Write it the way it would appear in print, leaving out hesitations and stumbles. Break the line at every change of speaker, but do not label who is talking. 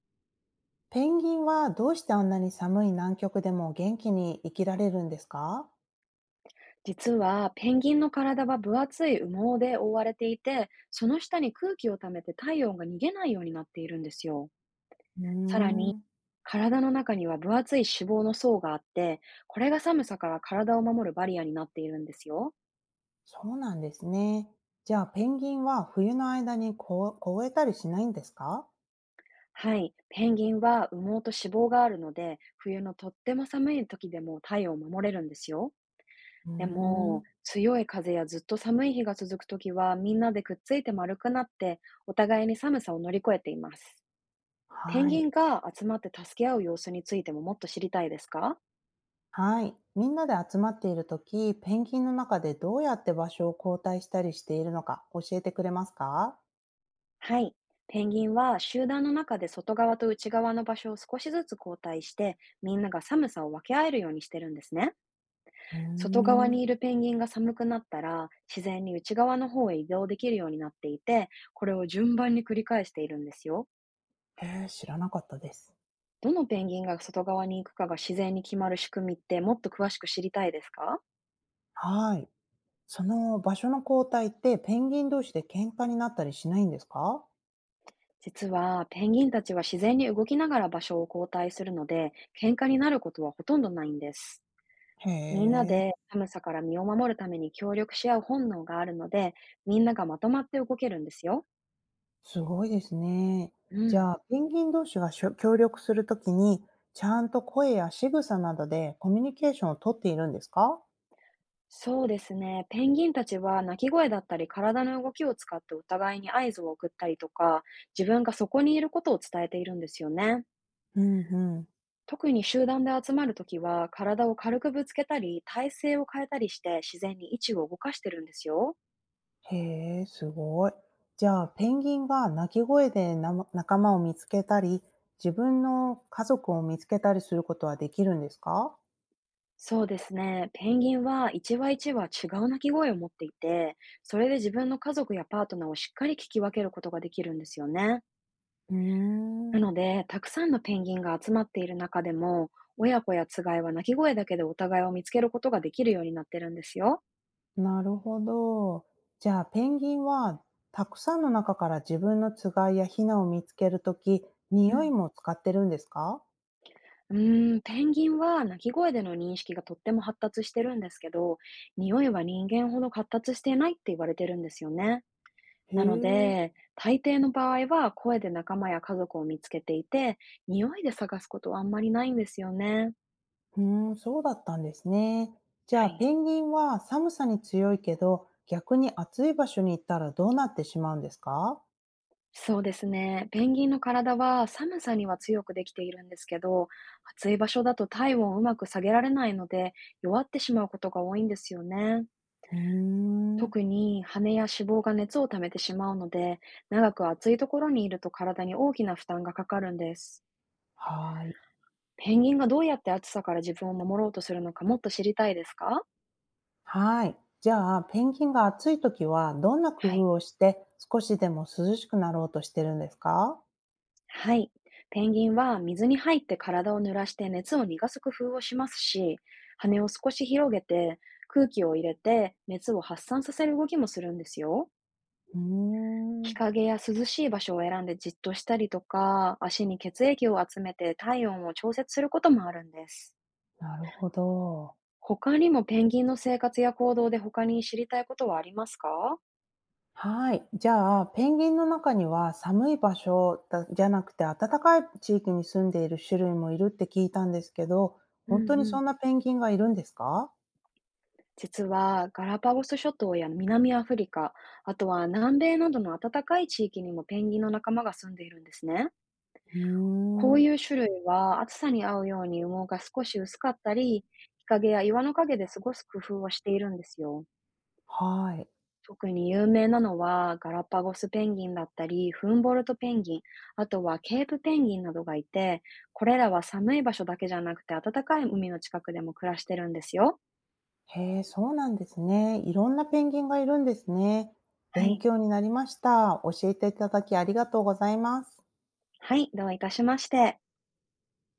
ペンギンはどうしてあんなに寒い南極でも元気に生きられるんですか？
実は、ペンギンの体は分厚い羽毛で覆われていて、その下に空気を溜めて体温が逃げないようになっているんですよ。
うー
さらに、
ん、
体の中には分厚い脂肪の層があって、これが寒さから体を守るバリアになっているんですよ。
そうなんですね。じゃあペンギンは冬の間にこ凍えたりしないんですか？
はい。ペンギンは羽毛と脂肪があるので、冬のとっても寒い時でも体温を守れるんですよ。
うー
でも、
ん、
強い風やずっと寒い日が続く時は、みんなでくっついて丸くなって、お互いに寒さを乗り越えています。ペン
は
ギ
い。
ンが集まって助け合う様子についてももっと知りたいですか？
はい。みんなで集まっているとき、ペンギンの中でどうやって場所を交代したりしているのか教えてくれますか？
はい。ペンギンは集団の中で外側と内側の場所を少しずつ交代して、みんなが寒さを分け合えるようにしてるんですね。
うー
外側に
ん、
いるペンギンが寒くなったら、自然に内側の方へ移動できるようになっていて、これを順番に繰り返しているんですよ。
ええ、知らなかったです。
どのペンギンが外側に行くかが自然に決まる仕組みってもっと詳しく知りたいですか？
はい。その場所の交代ってペンギン同士で喧嘩になったりしないんですか？
実は、ペンギンたちは自然に動きながら場所を交代するので、喧嘩になることはほとんどないんです。
へ
みんな
え、
で寒さから身を守るために協力し合う本能があるので、みんながまとまって動けるんですよ。
すごいですね。
う
じ
ん。
ゃあ、ペンギン同士がしょ協力するときに、ちゃんと声や仕草などでコミュニケーションをとっているんですか？
そうですね。ペンギンたちは鳴き声だったり体の動きを使ってお互いに合図を送ったりとか、自分がそこにいることを伝えているんですよね。
うんうん。
特に集団で集まるときは、体を軽くぶつけたり、体勢を変えたりして自然に位置を動かしてるんですよ。
へえ、すごい。じゃあ、ペンギンが鳴き声でなま仲間を見つけたり、自分の家族を見つけたりすることはできるんですか？
そうですね。ペンギンは一羽一羽違う鳴き声を持っていて、それで自分の家族やパートナーをしっかり聞き分けることができるんですよね。
うー
な
ん。
ので、たくさんのペンギンが集まっている中でも、親子やつがいは鳴き声だけでお互いを見つけることができるようになってるんですよ。
なるほど。じゃあ、ペンギンはたくさんの中から自分のつがいやヒナを見つけるとき、
う
匂
ん、
いも使ってるんですか？
ペンギンは鳴き声での認識がとっても発達してるんですけど、匂いは人間ほど発達していないって言われてるんですよね。
へ
なの
え、
で、大抵の場合は声で仲間や家族を見つけていて、匂いで探すことはあんまりないんですよね。
うーん、そうだったんですね。じゃ
は
あ、
い。
ペンギンは寒さに強いけど、逆に暑い場所に行ったらどうなってしまうんですか？
そうですね。ペンギンの体は寒さには強くできているんですけど、暑い場所だと体温をうまく下げられないので、弱ってしまうことが多いんですよね。
うーん、
特に羽や脂肪が熱を溜めてしまうので、長く暑いところにいると体に大きな負担がかかるんです。
はい。
ペンギンがどうやって暑さから自分を守ろうとするのかもっと知りたいですか？
はい。じゃあ、ペンギンが暑いときはどんな工
はい。
夫をして少しでも涼しくなろうとしてるんですか？
はい。ペンギンは水に入って体を濡らして熱を逃がす工夫をしますし、羽を少し広げて空気を入れて熱を発散させる動きもするんですよ。
うー
日
ん。
陰や涼しい場所を選んでじっとしたりとか、足に血液を集めて体温を調節することもあるんです。
なるほど。
他にもペンギンの生活や行動で他に知りたいことはありますか？
はい。じゃあ、ペンギンの中には寒い場所だじゃなくて暖かい地域に住んでいる種類もいるって聞いたんですけど、
うん
本当に
うん。
そんなペンギンがいるんですか？
実はガラパゴス諸島や南アフリカ、あとは南米などの暖かい地域にもペンギンの仲間が住んでいるんですね。
う
こ
ー
う
ん。
いう種類は暑さに合うように羽毛が少し薄かったり、日陰や岩の陰で過ごす工夫をしているんですよ。
はい。
特に有名なのはガラパゴスペンギンだったり、フンボルトペンギン、あとはケープペンギンなどがいて、これらは寒い場所だけじゃなくて暖かい海の近くでも暮らしてるんですよ。
へえ、そうなんですね。いろんなペンギンがいるんですね。
は
勉
い。
強になりました。教えていただきありがとうございます。
はい、どういたしまして。